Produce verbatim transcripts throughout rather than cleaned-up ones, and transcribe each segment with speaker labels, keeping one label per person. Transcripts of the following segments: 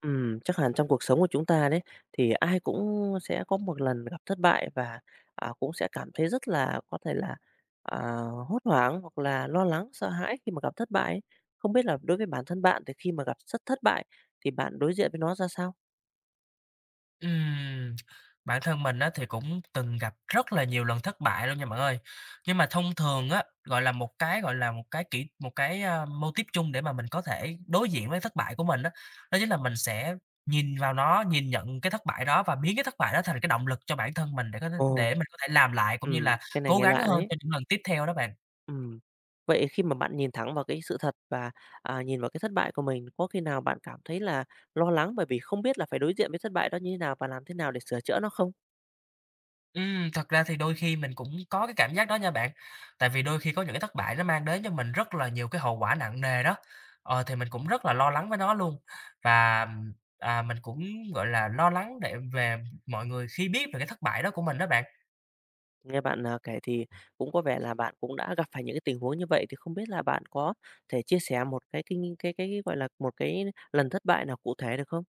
Speaker 1: Ừm, chắc hẳn trong cuộc sống của chúng ta đấy, thì ai cũng sẽ có một lần gặp thất bại và, à, cũng sẽ cảm thấy rất là có thể là, à, hốt hoảng hoặc là lo lắng, sợ hãi khi mà gặp thất bại ấy. Không biết là đối với bản thân bạn thì khi mà gặp rất thất bại thì bạn đối diện với nó ra sao?
Speaker 2: Ừm, Bản thân mình á thì cũng từng gặp rất là nhiều lần thất bại luôn nha bạn ơi. Nhưng mà thông thường á, gọi là, một cái, gọi là, một cái kỹ một cái, a, mô típ chung để mà mình có thể đối diện với thất bại của mình á, đó chính là mình sẽ nhìn vào nó, nhìn nhận cái thất bại đó và biến cái thất bại đó thành cái động lực cho bản thân mình để có thể
Speaker 1: Ồ,
Speaker 2: để mình có thể làm lại cũng như
Speaker 1: ừm,
Speaker 2: là
Speaker 1: cái này
Speaker 2: cố
Speaker 1: nghe
Speaker 2: gắng
Speaker 1: lạ
Speaker 2: hơn
Speaker 1: đấy.
Speaker 2: cho những lần tiếp theo đó bạn.
Speaker 1: Ừm. Vậy khi mà bạn nhìn thẳng vào cái sự thật và, à, nhìn vào cái thất bại của mình, có khi nào bạn cảm thấy là lo lắng bởi vì không biết là phải đối diện với thất bại đó như thế nào và làm thế nào để sửa chữa nó không?
Speaker 2: Ừm, thật ra thì đôi khi mình cũng có cái cảm giác đó nha bạn. Tại vì đôi khi có những cái thất bại nó mang đến cho mình rất là nhiều cái hậu quả nặng nề đó, ờ, thì mình cũng rất là lo lắng với nó luôn. Và, ừm, à, mình cũng, gọi là, lo lắng để về mọi người khi biết về cái thất bại đó của mình đó bạn.
Speaker 1: Nghe bạn, à, kể thì cũng có vẻ là bạn cũng đã gặp phải những cái tình huống như vậy, thì không biết là bạn có thể chia sẻ một cái kinh cái cái, cái gọi là, một cái lần thất bại nào cụ thể được không?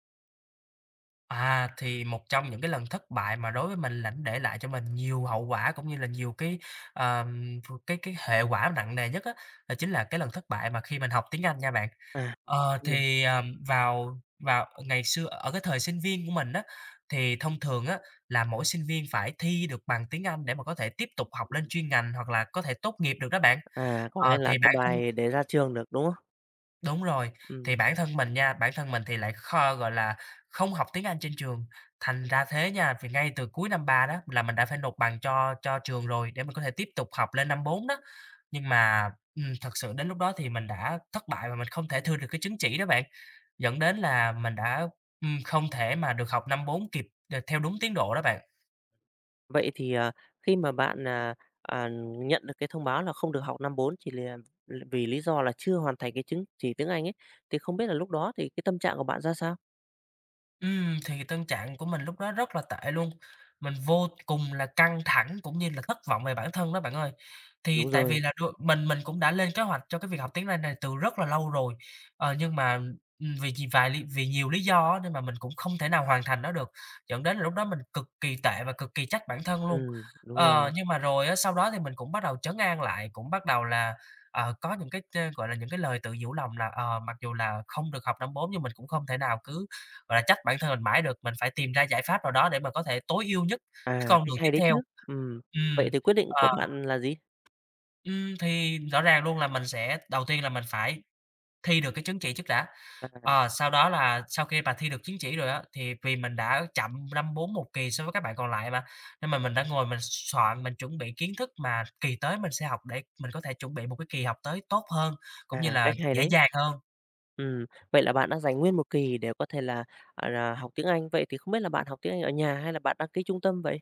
Speaker 2: À, thì một trong những cái lần thất bại mà đối với mình là nó để lại cho mình nhiều hậu quả cũng như là nhiều cái, ờm, cái cái hệ quả nặng nề nhất á, đó chính là cái lần thất bại mà khi mình học tiếng Anh nha bạn.
Speaker 1: À,
Speaker 2: Ờ,
Speaker 1: hay nhỉ.
Speaker 2: thì, à, vào vào ngày xưa ở cái thời sinh viên của mình á, thì thông thường á, là mỗi sinh viên phải thi được bằng tiếng Anh để mà có thể tiếp tục học
Speaker 1: Ừ.
Speaker 2: lên chuyên ngành hoặc là có thể tốt nghiệp được đó bạn.
Speaker 1: à, có
Speaker 2: Ờ,
Speaker 1: nghĩa
Speaker 2: thì
Speaker 1: là cái
Speaker 2: bản thân
Speaker 1: bài để ra trường được, đúng không?
Speaker 2: Đúng rồi, thì
Speaker 1: Ừm.
Speaker 2: bản thân mình nha, bản thân mình thì lại kho gọi là, không học tiếng Anh trên trường, thành ra thế nha, vì ngay từ cuối năm ba đó là mình đã phải nộp bằng cho cho trường rồi để mình có thể tiếp tục học lên năm bốn đó. Nhưng mà, ừm, thật sự đến lúc đó thì mình đã thất bại và mình không thể thư được cái chứng chỉ đó bạn, dẫn đến là mình đã, ừm, không thể mà được học năm bốn kịp, ờ, theo đúng tiến độ đó bạn.
Speaker 1: Vậy thì, à, khi mà bạn, à, à, nhận được cái thông báo là không được học năm bốn chỉ là vì lý do là chưa hoàn thành cái chứng chỉ tiếng Anh ấy, thì không biết là lúc đó thì cái tâm trạng của bạn ra sao?
Speaker 2: Ừm, thì tâm trạng của mình lúc đó rất là tệ luôn. Mình vô cùng là căng thẳng cũng như là thất vọng về bản thân đó bạn ơi.
Speaker 1: Đúng
Speaker 2: Thì tại vì
Speaker 1: rồi,
Speaker 2: là đôi mình mình cũng đã lên kế hoạch cho cái việc học tiếng Anh này từ rất là lâu rồi, ờ, nhưng mà, ừm, vì vì vài lý vì nhiều lý do á nên mà mình cũng không thể nào hoàn thành nó được, dẫn đến là lúc đó mình cực kỳ tệ và cực kỳ trách bản thân luôn.
Speaker 1: ừm, đúng
Speaker 2: Ờ,
Speaker 1: rồi.
Speaker 2: nhưng mà rồi á, sau đó thì mình cũng bắt đầu trấn an lại, cũng bắt đầu là, ờ, có những cái t gọi là, những cái lời tự nhủ lòng là, ờ, mặc dù là không được học năm bốn nhưng mình cũng không thể nào cứ gọi là, trách bản thân mình mãi được, mình phải tìm ra giải pháp nào đó để mà có thể tối ưu nhất cái
Speaker 1: À,
Speaker 2: con
Speaker 1: cách
Speaker 2: đường
Speaker 1: hay
Speaker 2: tiếp
Speaker 1: đấy
Speaker 2: theo.
Speaker 1: chứ. Ừm, vậy
Speaker 2: Ừm,
Speaker 1: thì quyết định
Speaker 2: ờ,
Speaker 1: của bạn là gì?
Speaker 2: ừm, thì rõ ràng luôn là mình sẽ đầu tiên là mình phải thi được cái chứng chỉ trước đã.
Speaker 1: À,
Speaker 2: Ờ, sau đó là sau khi mà thi được chứng chỉ rồi á, thì vì mình đã chậm năm bốn một kỳ so với các bạn còn lại mà, nên mà mình đã ngồi mình soạn, mình chuẩn bị kiến thức mà kỳ tới mình sẽ học để mình có thể chuẩn bị một cái kỳ học tới tốt hơn, cũng như
Speaker 1: à,
Speaker 2: là
Speaker 1: cách hay
Speaker 2: dễ
Speaker 1: đấy.
Speaker 2: dàng hơn.
Speaker 1: Ừm, vậy là bạn đã dành nguyên một kỳ để có thể là, gọi là, học tiếng Anh. Vậy thì không biết là bạn học tiếng Anh ở nhà hay là bạn đăng ký trung tâm vậy?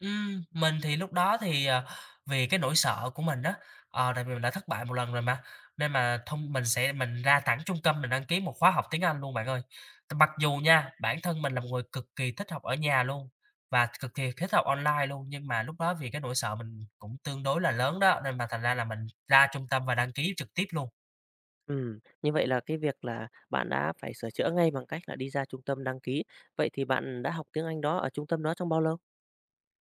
Speaker 2: Ừm, mình thì lúc đó thì, ờ, vì cái nỗi sợ của mình đó, ờ, tại vì mình đã thất bại một lần rồi mà, nên mà thông mình sẽ mình ra thẳng trung tâm mình đăng ký một khóa học tiếng Anh luôn bạn ơi. T mặc dù nha, bản thân mình là một người cực kỳ thích học ở nhà luôn và cực kỳ thích học online luôn, nhưng mà lúc đó vì cái nỗi sợ mình cũng tương đối là lớn đó, nên mà thành ra là mình ra trung tâm và đăng ký trực tiếp luôn.
Speaker 1: Ừm, như vậy là cái việc là bạn đã phải sửa chữa ngay bằng cách là đi ra trung tâm đăng ký. Vậy thì bạn đã học tiếng Anh đó ở trung tâm đó trong bao lâu?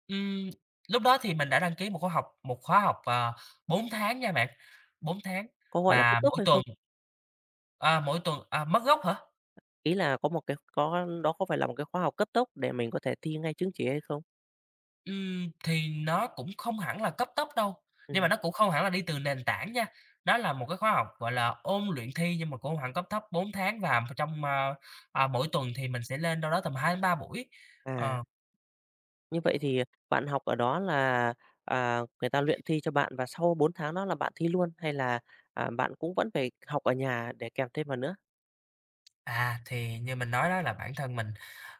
Speaker 2: Ừm, Lúc đó thì mình đã đăng ký một khóa học một khóa học, ờ, 4 tháng nha bạn, bốn tháng
Speaker 1: Có, gọi là, cấp
Speaker 2: và
Speaker 1: tốc
Speaker 2: mỗi
Speaker 1: hay
Speaker 2: tuần,
Speaker 1: không?
Speaker 2: à, mỗi tuần à, mất gốc hả?
Speaker 1: Ý là có một cái có đó có phải là một cái khóa học cấp tốc để mình có thể thi ngay chứng chỉ hay không?
Speaker 2: Ừm, thì nó cũng không hẳn là cấp tốc đâu, nhưng mà
Speaker 1: Ừm,
Speaker 2: nó cũng không hẳn là đi từ nền tảng nha. Đó là một cái khóa học, gọi là, ôn luyện thi nhưng mà cũng không hẳn cấp thấp bốn tháng và trong, a, à, mỗi tuần thì mình sẽ lên đâu đó tầm hai đến ba buổi.
Speaker 1: à.
Speaker 2: Ờ.
Speaker 1: Như vậy thì bạn học ở đó là, à, người ta luyện thi cho bạn và sau bốn tháng đó là bạn thi luôn? Hay là, à, bạn cũng vẫn phải học ở nhà để kèm thêm vào nữa,
Speaker 2: À, thì như mình nói đó là bản thân mình,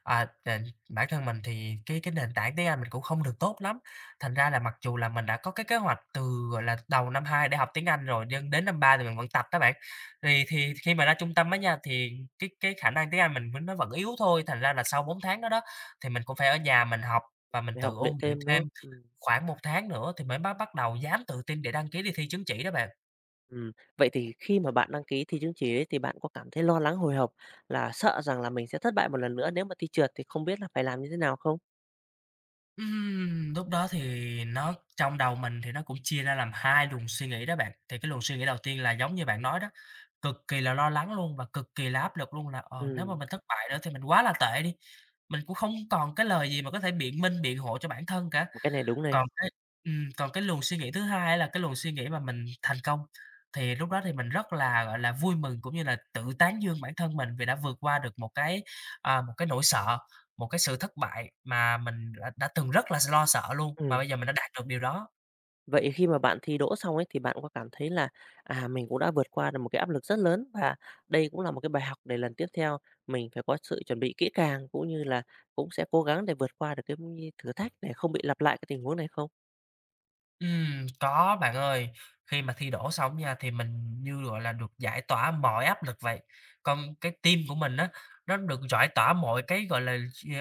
Speaker 2: à, nền bản thân mình thì cái cái nền tảng tiếng Anh mình cũng không được tốt lắm. Thành ra là mặc dù là mình đã có cái kế hoạch từ, gọi là, đầu năm hai để học tiếng Anh rồi, nhưng đến năm ba thì mình vẫn tập đó bạn. Thì thì khi mà ra trung tâm á nha, thì cái cái khả năng tiếng Anh mình vẫn nó vẫn yếu thôi, thành ra là sau bốn tháng đó đó, thì mình cũng phải ở nhà mình học và mình
Speaker 1: để
Speaker 2: tự
Speaker 1: học
Speaker 2: ôn
Speaker 1: luyện
Speaker 2: luyện
Speaker 1: thêm, đúng
Speaker 2: thêm
Speaker 1: không? Ừm,
Speaker 2: khoảng một tháng nữa thì mới bắt bắt đầu dám tự tin để đăng ký đi thi chứng chỉ đó bạn.
Speaker 1: ừm. Vậy thì khi mà bạn đăng ký thi chứng chỉ ấy thì bạn có cảm thấy lo lắng, hồi hộp là sợ rằng là mình sẽ thất bại một lần nữa nếu mà thi trượt thì không biết là phải làm như thế nào không?
Speaker 2: Ừm, lúc đó thì nó trong đầu mình thì nó cũng chia ra làm hai luồng suy nghĩ đó bạn. Thì cái luồng suy nghĩ đầu tiên là giống như bạn nói đó, cực kỳ là lo lắng luôn và cực kỳ là áp lực luôn là, ờ, nếu mà
Speaker 1: Ừm,
Speaker 2: mình thất bại nữa thì mình quá là tệ đi, mình cũng không còn cái lời gì mà có thể biện minh, biện hộ cho bản thân cả.
Speaker 1: cái này đúng này.
Speaker 2: Còn cái ừm, còn cái luồng suy nghĩ thứ hai á là cái luồng suy nghĩ mà mình thành công, thì lúc đó thì mình rất là, gọi là, vui mừng cũng như là tự tán dương bản thân mình vì đã vượt qua được một cái, à, một cái nỗi sợ, một cái sự thất bại mà mình đã đã từng rất là s lo sợ luôn, mà
Speaker 1: Ừm.
Speaker 2: bây giờ mình đã đạt được điều đó.
Speaker 1: Vậy khi mà bạn thi đỗ xong ấy thì bạn có cảm thấy là, à, mình cũng đã vượt qua được một cái áp lực rất lớn và đây cũng là một cái bài học để lần tiếp theo mình phải có sự chuẩn bị kỹ càng, cũng như là cũng sẽ cố gắng để vượt qua được cái thử thách để không bị lặp lại cái tình huống này không?
Speaker 2: Ừm, có bạn ơi. Khi mà thi đỗ xong nha, thì mình như, gọi là, được giải tỏa mọi áp lực vậy. Còn cái team của mình á, nó được giải tỏa mọi cái, gọi là,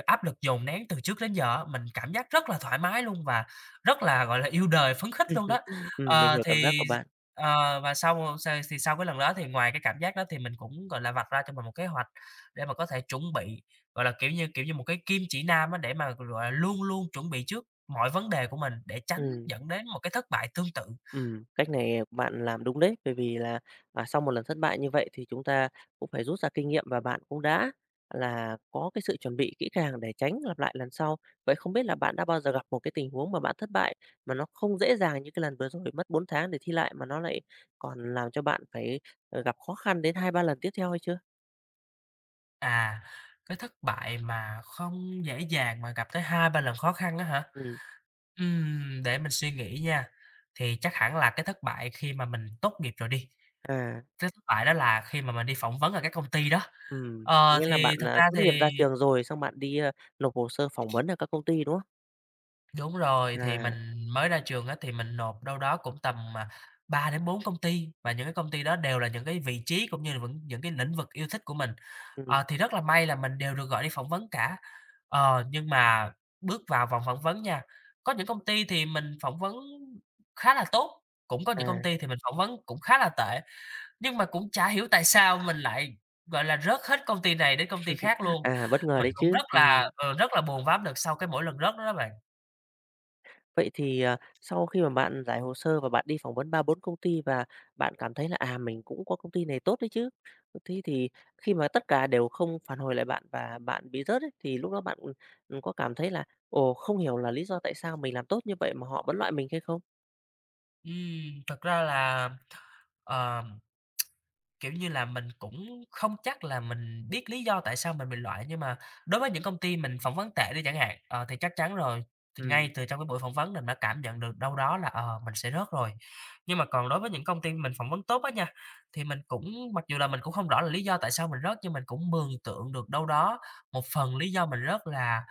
Speaker 2: áp lực dồn nén từ trước đến giờ á, mình cảm giác rất là thoải mái luôn và rất là, gọi là, yêu đời, phấn khích luôn đó.
Speaker 1: Ừm, mình
Speaker 2: Ờ,
Speaker 1: hiểu cảm giác
Speaker 2: thì
Speaker 1: của bạn.
Speaker 2: ờ, và sau s thì sau cái lần đó thì ngoài cái cảm giác đó thì mình cũng, gọi là, vạch ra cho mình một kế hoạch để mà có thể chuẩn bị, gọi là, kiểu như kiểu như, một cái kim chỉ nam á, để mà, gọi là, luôn luôn chuẩn bị trước mọi vấn đề của mình để tránh
Speaker 1: Ừm.
Speaker 2: dẫn đến một cái thất bại tương tự.
Speaker 1: Ừm, cách này của bạn làm đúng đấy, bởi vì là, à, sau một lần thất bại như vậy thì chúng ta cũng phải rút ra kinh nghiệm và bạn cũng đã là có cái sự chuẩn bị kỹ càng để tránh lặp lại lần sau. Vậy không biết là bạn đã bao giờ gặp một cái tình huống mà bạn thất bại mà nó không dễ dàng như cái lần vừa rồi mất bốn tháng để thi lại mà nó lại còn làm cho bạn phải, ờ, gặp khó khăn đến hai ba lần tiếp theo hay chưa?
Speaker 2: À, cái thất bại mà không dễ dàng mà gặp tới hai ba lần khó khăn á hả?
Speaker 1: Ừm,
Speaker 2: Ừm, để mình suy nghĩ nha, thì chắc hẳn là cái thất bại khi mà mình tốt nghiệp rồi đi,
Speaker 1: à,
Speaker 2: cái thất bại đó là khi mà mình đi phỏng vấn ở các công ty đó.
Speaker 1: ừm,
Speaker 2: Ờ,
Speaker 1: nghĩa là
Speaker 2: thì
Speaker 1: bạn,
Speaker 2: thật
Speaker 1: à,
Speaker 2: ra
Speaker 1: tốt
Speaker 2: thì
Speaker 1: nghiệp ra trường rồi xong bạn đi, a, nộp hồ sơ phỏng vấn ở các công ty, đúng không?
Speaker 2: Đúng rồi, thì mình
Speaker 1: À,
Speaker 2: mới ra trường á, thì mình nộp đâu đó cũng tầm, mà ba đến bốn công ty, và những cái công ty đó đều là những cái vị trí cũng như là vẫn những cái lĩnh vực yêu thích của mình.
Speaker 1: ừm,
Speaker 2: Ờ, thì rất là may là mình đều được gọi đi phỏng vấn cả. Ờ, nhưng mà bước vào vòng phỏng vấn nha, có những công ty thì mình phỏng vấn khá là tốt, cũng có những công
Speaker 1: à,
Speaker 2: ty thì mình phỏng vấn cũng khá là tệ, nhưng mà cũng chả hiểu tại sao mình lại, gọi là, rớt hết công ty này đến công ty khác luôn.
Speaker 1: à, bất ngờ
Speaker 2: Mình
Speaker 1: đấy
Speaker 2: cũng
Speaker 1: chứ,
Speaker 2: rất là,
Speaker 1: ừm.
Speaker 2: ờ, rất là buồn và áp lực sau cái mỗi lần rớt đó đó bạn.
Speaker 1: Vậy thì, à, sau khi mà bạn giải hồ sơ và bạn đi phỏng vấn ba bốn công ty và bạn cảm thấy là, à, mình cũng có công ty này tốt đấy chứ. Thế thì khi mà tất cả đều không phản hồi lại bạn và bạn bị rớt ấy, thì lúc đó bạn, ừ, có cảm thấy là, ồ, không hiểu là lý do tại sao mình làm tốt như vậy mà họ vẫn loại mình hay không?
Speaker 2: Ừm, thật ra là, ờ, kiểu như là, mình cũng không chắc là mình biết lý do tại sao mình bị loại, nhưng mà đối với những công ty mình phỏng vấn tệ đi chẳng hạn, ờ, thì chắc chắn rồi, thì ngay
Speaker 1: Ừm,
Speaker 2: từ trong cái buổi phỏng vấn mình đã cảm nhận được đâu đó là, ờ, mình sẽ rớt rồi. Nhưng mà còn đối với những công ty mình phỏng vấn tốt á nha, thì mình cũng mặc dù là mình cũng không rõ là lý do tại sao mình rớt, nhưng mình cũng mường tượng được đâu đó một phần lý do mình rớt là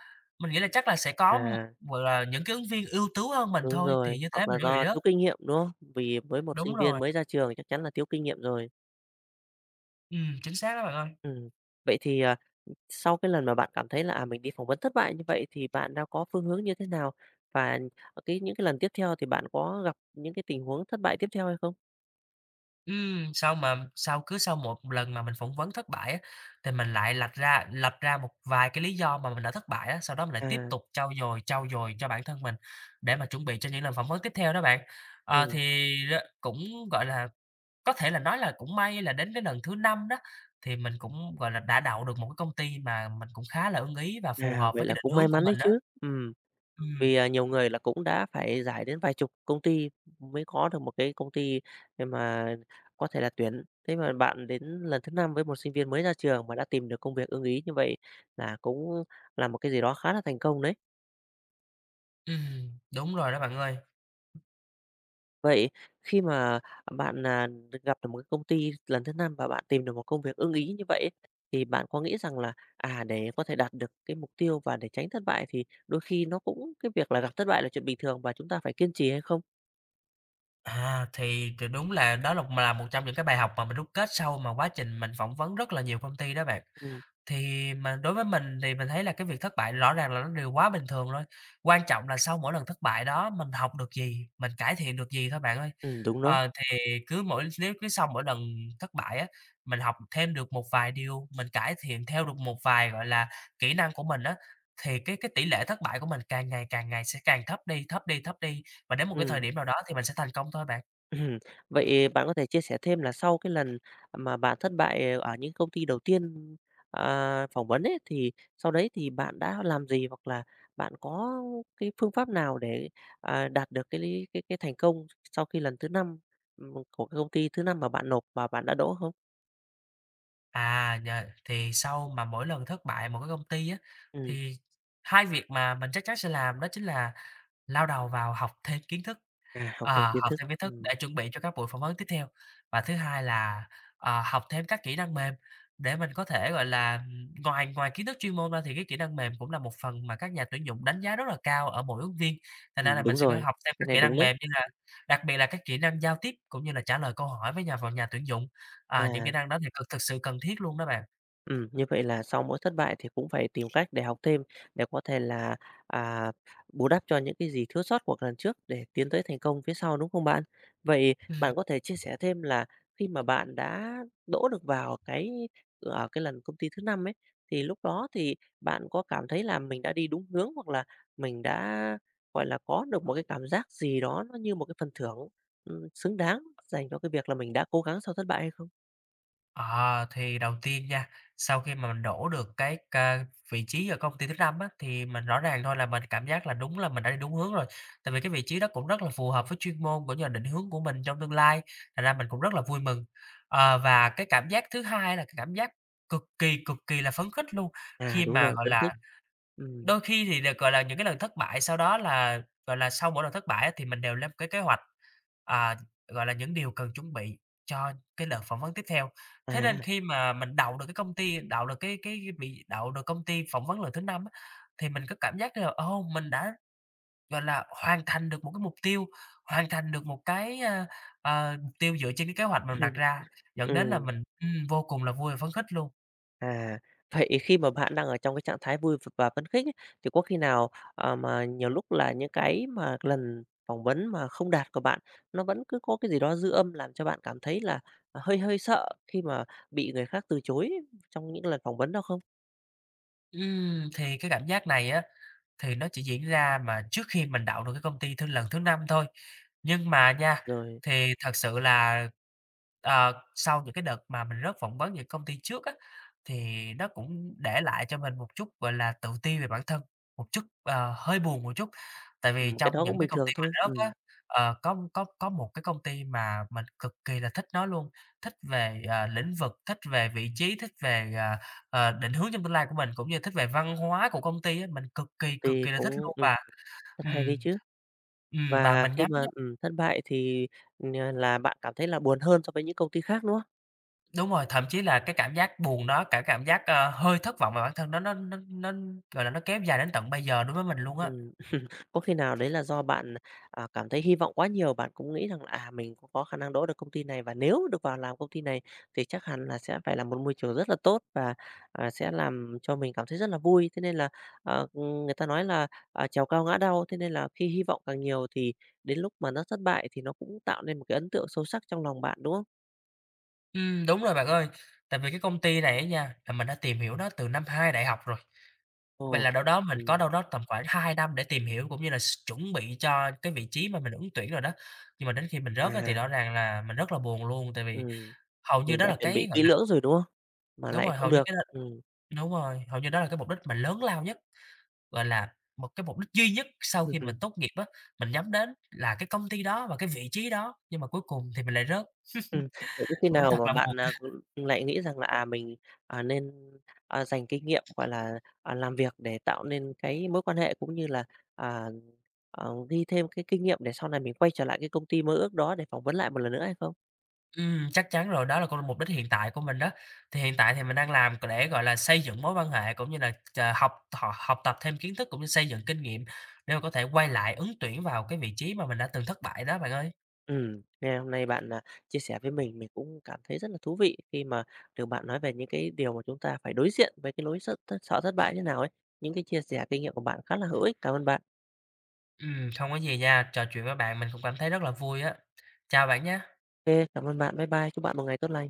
Speaker 2: mình nghĩ là chắc là sẽ có,
Speaker 1: à,
Speaker 2: gọi là, những cái ứng viên ưu tú hơn mình
Speaker 1: đúng
Speaker 2: thôi, thì
Speaker 1: rồi,
Speaker 2: như thế
Speaker 1: hoặc là
Speaker 2: mình mới bị
Speaker 1: do
Speaker 2: rớt.
Speaker 1: thiếu kinh nghiệm, đúng không? Vì với một
Speaker 2: Đúng
Speaker 1: sinh viên
Speaker 2: rồi.
Speaker 1: mới ra trường chắc chắn là thiếu kinh nghiệm rồi.
Speaker 2: Ừm, chính xác đó bạn ơi.
Speaker 1: Ừm, vậy thì, à Sau cái lần mà bạn cảm thấy là, à, mình đi phỏng vấn thất bại như vậy thì bạn đã có phương hướng như thế nào? Và cái những cái lần tiếp theo thì bạn có gặp những cái tình huống thất bại tiếp theo hay không?
Speaker 2: Ừm, sau mà sau cứ sau một lần mà mình phỏng vấn thất bại á, thì mình lại lạch ra lập ra một vài cái lý do mà mình đã thất bại á, sau đó mình lại tiếp
Speaker 1: À,
Speaker 2: tục trau dồi, trau dồi cho bản thân mình để mà chuẩn bị cho những lần phỏng vấn tiếp theo đó bạn. Ờ,
Speaker 1: ừm,
Speaker 2: thì r cũng, gọi là, có thể là nói là cũng may là đến cái lần thứ năm đó, thì mình cũng, gọi là, đã đậu được một cái công ty mà mình cũng khá là ưng ý và phù
Speaker 1: à,
Speaker 2: hợp
Speaker 1: vậy
Speaker 2: với cái
Speaker 1: là
Speaker 2: định
Speaker 1: cũng
Speaker 2: hướng
Speaker 1: may
Speaker 2: của
Speaker 1: mắn đấy
Speaker 2: mình á.
Speaker 1: chứ. Ừm,
Speaker 2: Ừm,
Speaker 1: vì, à, nhiều người là cũng đã phải giải đến vài chục công ty mới có được một cái công ty để mà có thể là tuyển. Thế mà bạn đến lần thứ năm với một sinh viên mới ra trường mà đã tìm được công việc ưng ý như vậy là cũng là một cái gì đó khá là thành công đấy.
Speaker 2: ừm, đúng rồi đó bạn ơi.
Speaker 1: Vậy khi mà bạn, à, gặp được một cái công ty lần thứ năm và bạn tìm được một công việc ưng ý như vậy ấy, thì bạn có nghĩ rằng là, à, để có thể đạt được cái mục tiêu và để tránh thất bại thì đôi khi nó cũng cái việc là gặp thất bại là chuyện bình thường và chúng ta phải kiên trì hay không?
Speaker 2: À, thì thì đúng là đó là là một trong những cái bài học mà mình rút kết sau mà quá trình mình phỏng vấn rất là nhiều công ty đó bạn.
Speaker 1: Ừm,
Speaker 2: Thì mà đối với mình thì mình thấy là cái việc thất bại rõ ràng là nó điều quá bình thường thôi. Quan trọng là sau mỗi lần thất bại đó mình học được gì, mình cải thiện được gì thôi bạn ơi.
Speaker 1: ừm, đúng đó.
Speaker 2: Ờ, thì cứ mỗi nếu cứ sau mỗi lần thất bại á, mình học thêm được một vài điều, mình cải thiện theo được một vài, gọi là, kỹ năng của mình á, thì cái cái tỷ lệ thất bại của mình càng ngày càng ngày sẽ càng thấp đi, thấp đi, thấp đi. Và đến một cái thời
Speaker 1: Ừm.
Speaker 2: điểm nào đó thì mình sẽ thành công thôi bạn.
Speaker 1: Ừm, vậy bạn có thể chia sẻ thêm là sau cái lần mà bạn thất bại ở những công ty đầu tiên, à, phỏng vấn ấy, thì sau đấy thì bạn đã làm gì? Hoặc là bạn có cái phương pháp nào để, à, đạt được cái lý cái cái thành công sau khi lần thứ năm ừm, của cái công ty thứ năm mà bạn nộp và bạn đã đỗ không?
Speaker 2: À, nhờ thì sau mà mỗi lần thất bại một cái công ty á,
Speaker 1: Ừm,
Speaker 2: thì hai việc mà mình chắc chắn sẽ làm đó chính là lao đầu vào học thêm kiến thức.
Speaker 1: à, học thêm
Speaker 2: À,
Speaker 1: kiến
Speaker 2: học
Speaker 1: thức.
Speaker 2: thêm kiến thức
Speaker 1: Ừm,
Speaker 2: để chuẩn bị cho các buổi phỏng vấn tiếp theo. Và thứ hai là, ờ, học thêm các kỹ năng mềm để mình có thể, gọi là, ừm, ngoài ngoài kiến thức chuyên môn ra thì cái kỹ năng mềm cũng là một phần mà các nhà tuyển dụng đánh giá rất là cao ở mỗi ứng viên. Thành ra là
Speaker 1: ừm,
Speaker 2: mình
Speaker 1: đúng
Speaker 2: sẽ phải
Speaker 1: rồi,
Speaker 2: học thêm các
Speaker 1: cái này
Speaker 2: kỹ
Speaker 1: đúng
Speaker 2: năng
Speaker 1: đấy.
Speaker 2: mềm như là đặc biệt là các kỹ năng giao tiếp cũng như là trả lời câu hỏi với nhà vào nhà tuyển dụng. À, những kỹ
Speaker 1: À.
Speaker 2: năng đó thì cực thực sự cần thiết luôn đó bạn.
Speaker 1: Ừm, như vậy là sau mỗi thất bại thì cũng phải tìm cách để học thêm, để có thể là, à, bù đắp cho những cái gì thiếu sót của lần trước để tiến tới thành công phía sau, đúng không bạn? Vậy
Speaker 2: Ừm.
Speaker 1: bạn có thể chia sẻ thêm là khi mà bạn đã đỗ được vào cái ở cái lần công ty thứ năm ấy, thì lúc đó thì bạn có cảm thấy là mình đã đi đúng hướng hoặc là mình đã, gọi là, có được một cái cảm giác gì đó nó như một cái phần thưởng, ừm, xứng đáng dành cho cái việc là mình đã cố gắng sau thất bại hay không?
Speaker 2: À, thì đầu tiên nha, sau khi mà mình đổ được cái ca vị trí ở công ty thứ năm á, thì mình rõ ràng thôi là mình cảm giác là đúng là mình đã đi đúng hướng rồi. Tại vì cái vị trí đó cũng rất là phù hợp với chuyên môn của như định hướng của mình trong tương lai, thành ra mình cũng rất là vui mừng. Ờ, và cái cảm giác thứ hai là cái cảm giác cực kỳ, cực kỳ là phấn khích luôn,
Speaker 1: À,
Speaker 2: khi
Speaker 1: đúng
Speaker 2: mà,
Speaker 1: rồi,
Speaker 2: gọi
Speaker 1: khuyến
Speaker 2: là,
Speaker 1: khích. Ừm,
Speaker 2: Đôi khi thì được, gọi là, những cái lần thất bại sau đó là, gọi là, sau mỗi lần thất bại á thì mình đều lên một cái kế hoạch, à, gọi là, những điều cần chuẩn bị cho cái đợt phỏng vấn tiếp theo. Thế nên
Speaker 1: à.
Speaker 2: khi mà mình đậu được cái công ty đậu được cái cái bị đậu được công ty phỏng vấn lần thứ năm á, thì mình có cảm giác là, ô, mình đã, gọi là, hoàn thành được một cái mục tiêu, hoàn thành được một cái, a, ờ, mục tiêu dựa trên cái kế hoạch mình đặt ra, dẫn đến
Speaker 1: Ừm,
Speaker 2: là
Speaker 1: ừm,
Speaker 2: mình, ừm, vô cùng là vui và phấn khích luôn.
Speaker 1: à, vậy khi mà bạn đang ở trong cái trạng thái vui v và phấn khích ấy, thì có khi nào, ờ, mà nhiều lúc là những cái mà lần phỏng vấn mà không đạt của bạn, nó vẫn cứ có cái gì đó dư âm làm cho bạn cảm thấy là à, hơi hơi sợ khi mà bị người khác từ chối trong những lần phỏng vấn đó không?
Speaker 2: Ừm, thì cái cảm giác này á thì nó chỉ diễn ra mà trước khi mình đậu được cái công ty thứ lần thứ năm thôi. Nhưng mà nha,
Speaker 1: Rồi,
Speaker 2: thì thật sự là, ờ, sau những cái đợt mà mình rớt phỏng vấn những công ty trước á, thì nó cũng để lại cho mình một chút, gọi là, tự ti về bản thân, một chút, ờ, hơi buồn một chút. Tại vì
Speaker 1: ừm, cái
Speaker 2: trong
Speaker 1: đó
Speaker 2: những
Speaker 1: cũng
Speaker 2: cái
Speaker 1: bình
Speaker 2: công ty
Speaker 1: thường
Speaker 2: mình
Speaker 1: thôi,
Speaker 2: rớt á,
Speaker 1: ừm,
Speaker 2: ờ, có có có một cái công ty mà mình cực kỳ là thích nó luôn, thích về, ờ, lĩnh vực, thích về vị trí, thích về, ờ ờ, định hướng trong tương lai của mình, cũng như thích về văn hóa của công ty á, mình cực
Speaker 1: công
Speaker 2: kỳ, cực
Speaker 1: ty
Speaker 2: kỳ là thích
Speaker 1: cũng
Speaker 2: luôn
Speaker 1: ừm,
Speaker 2: và
Speaker 1: rất hay đấy
Speaker 2: ừm,
Speaker 1: chứ.
Speaker 2: ừm, và
Speaker 1: Và
Speaker 2: mình
Speaker 1: khi
Speaker 2: nhắm
Speaker 1: mà,
Speaker 2: nhá
Speaker 1: ừm, thất bại thì, ừm, là bạn cảm thấy là buồn hơn so với những công ty khác, đúng không?
Speaker 2: đúng rồi, thậm chí là cái cảm giác buồn đó, cả cảm giác, ờ, hơi thất vọng về bản thân đó nó nó nó, gọi là, nó kéo dài đến tận bây giờ đối với mình luôn á.
Speaker 1: Ừm, có khi nào đấy là do bạn, à, cảm thấy hy vọng quá nhiều, bạn cũng nghĩ rằng là, à, mình cũng có khả năng đỗ được công ty này và nếu được vào làm công ty này thì chắc hẳn là sẽ phải là một môi trường rất là tốt và, à, sẽ làm cho mình cảm thấy rất là vui. Thế nên là, ờ, người ta nói là, à, trèo cao ngã đau, thế nên là khi hy vọng càng nhiều thì đến lúc mà nó thất bại thì nó cũng tạo nên một cái ấn tượng sâu sắc trong lòng bạn, đúng không?
Speaker 2: Ừm, đúng rồi bạn ơi, tại vì cái công ty này á nha, là mình đã tìm hiểu nó từ năm hai đại học rồi, vậy
Speaker 1: Ồ,
Speaker 2: là đâu đó mình có
Speaker 1: ừm,
Speaker 2: đâu đó tầm khoảng hai năm để tìm hiểu cũng như là s chuẩn bị cho cái vị trí mà mình ứng tuyển rồi đó. Nhưng mà đến khi mình rớt á thì
Speaker 1: à,
Speaker 2: rõ ràng là mình rất là buồn luôn, tại vì
Speaker 1: ừm,
Speaker 2: hầu như
Speaker 1: mình
Speaker 2: đó
Speaker 1: đã
Speaker 2: là
Speaker 1: chuẩn
Speaker 2: cái,
Speaker 1: bị
Speaker 2: gọi
Speaker 1: kỹ lưỡng rồi, đúng không? Mà
Speaker 2: Đúng
Speaker 1: lại
Speaker 2: rồi, hầu
Speaker 1: không
Speaker 2: như
Speaker 1: được,
Speaker 2: cái đó
Speaker 1: ừm.
Speaker 2: đúng rồi, hầu như đó là cái mục đích mà lớn lao nhất, gọi là, một cái mục đích duy nhất sau khi mình tốt nghiệp á, mình nhắm đến là cái công ty đó và cái vị trí đó, nhưng mà cuối cùng thì mình lại rớt,
Speaker 1: Ừm, vậy có khi
Speaker 2: cũng
Speaker 1: nào
Speaker 2: thật
Speaker 1: mà
Speaker 2: là buồn.
Speaker 1: bạn, à, cũng lại nghĩ rằng là, à, mình, à, nên, à, dành kinh nghiệm, gọi là, à, làm việc để tạo nên cái mối quan hệ cũng như là, à, ờ, ghi thêm cái kinh nghiệm để sau này mình quay trở lại cái công ty mơ ước đó để phỏng vấn lại một lần nữa hay không?
Speaker 2: Ừm, chắc chắn rồi, đó là con mục đích hiện tại của mình đó. Thì hiện tại thì mình đang làm để, gọi là, xây dựng mối quan hệ cũng như là ch học thọ học tập thêm kiến thức cũng như xây dựng kinh nghiệm để mà có thể quay lại ứng tuyển vào cái vị trí mà mình đã từng thất bại đó bạn ơi.
Speaker 1: Ừm, ngày hôm nay bạn, à, chia sẻ với mình, mình cũng cảm thấy rất là thú vị khi mà được bạn nói về những cái điều mà chúng ta phải đối diện với cái lối sợ thất sợ thất bại như nào ấy. Những cái chia sẻ kinh nghiệm của bạn khá là hữu ích. Cảm ơn bạn.
Speaker 2: Ừm, không có gì nha, trò chuyện với bạn mình cũng cảm thấy rất là vui á. Chào bạn nha.
Speaker 1: Kê, cảm ơn bạn. Bye bye. Chúc bạn một ngày tốt lành.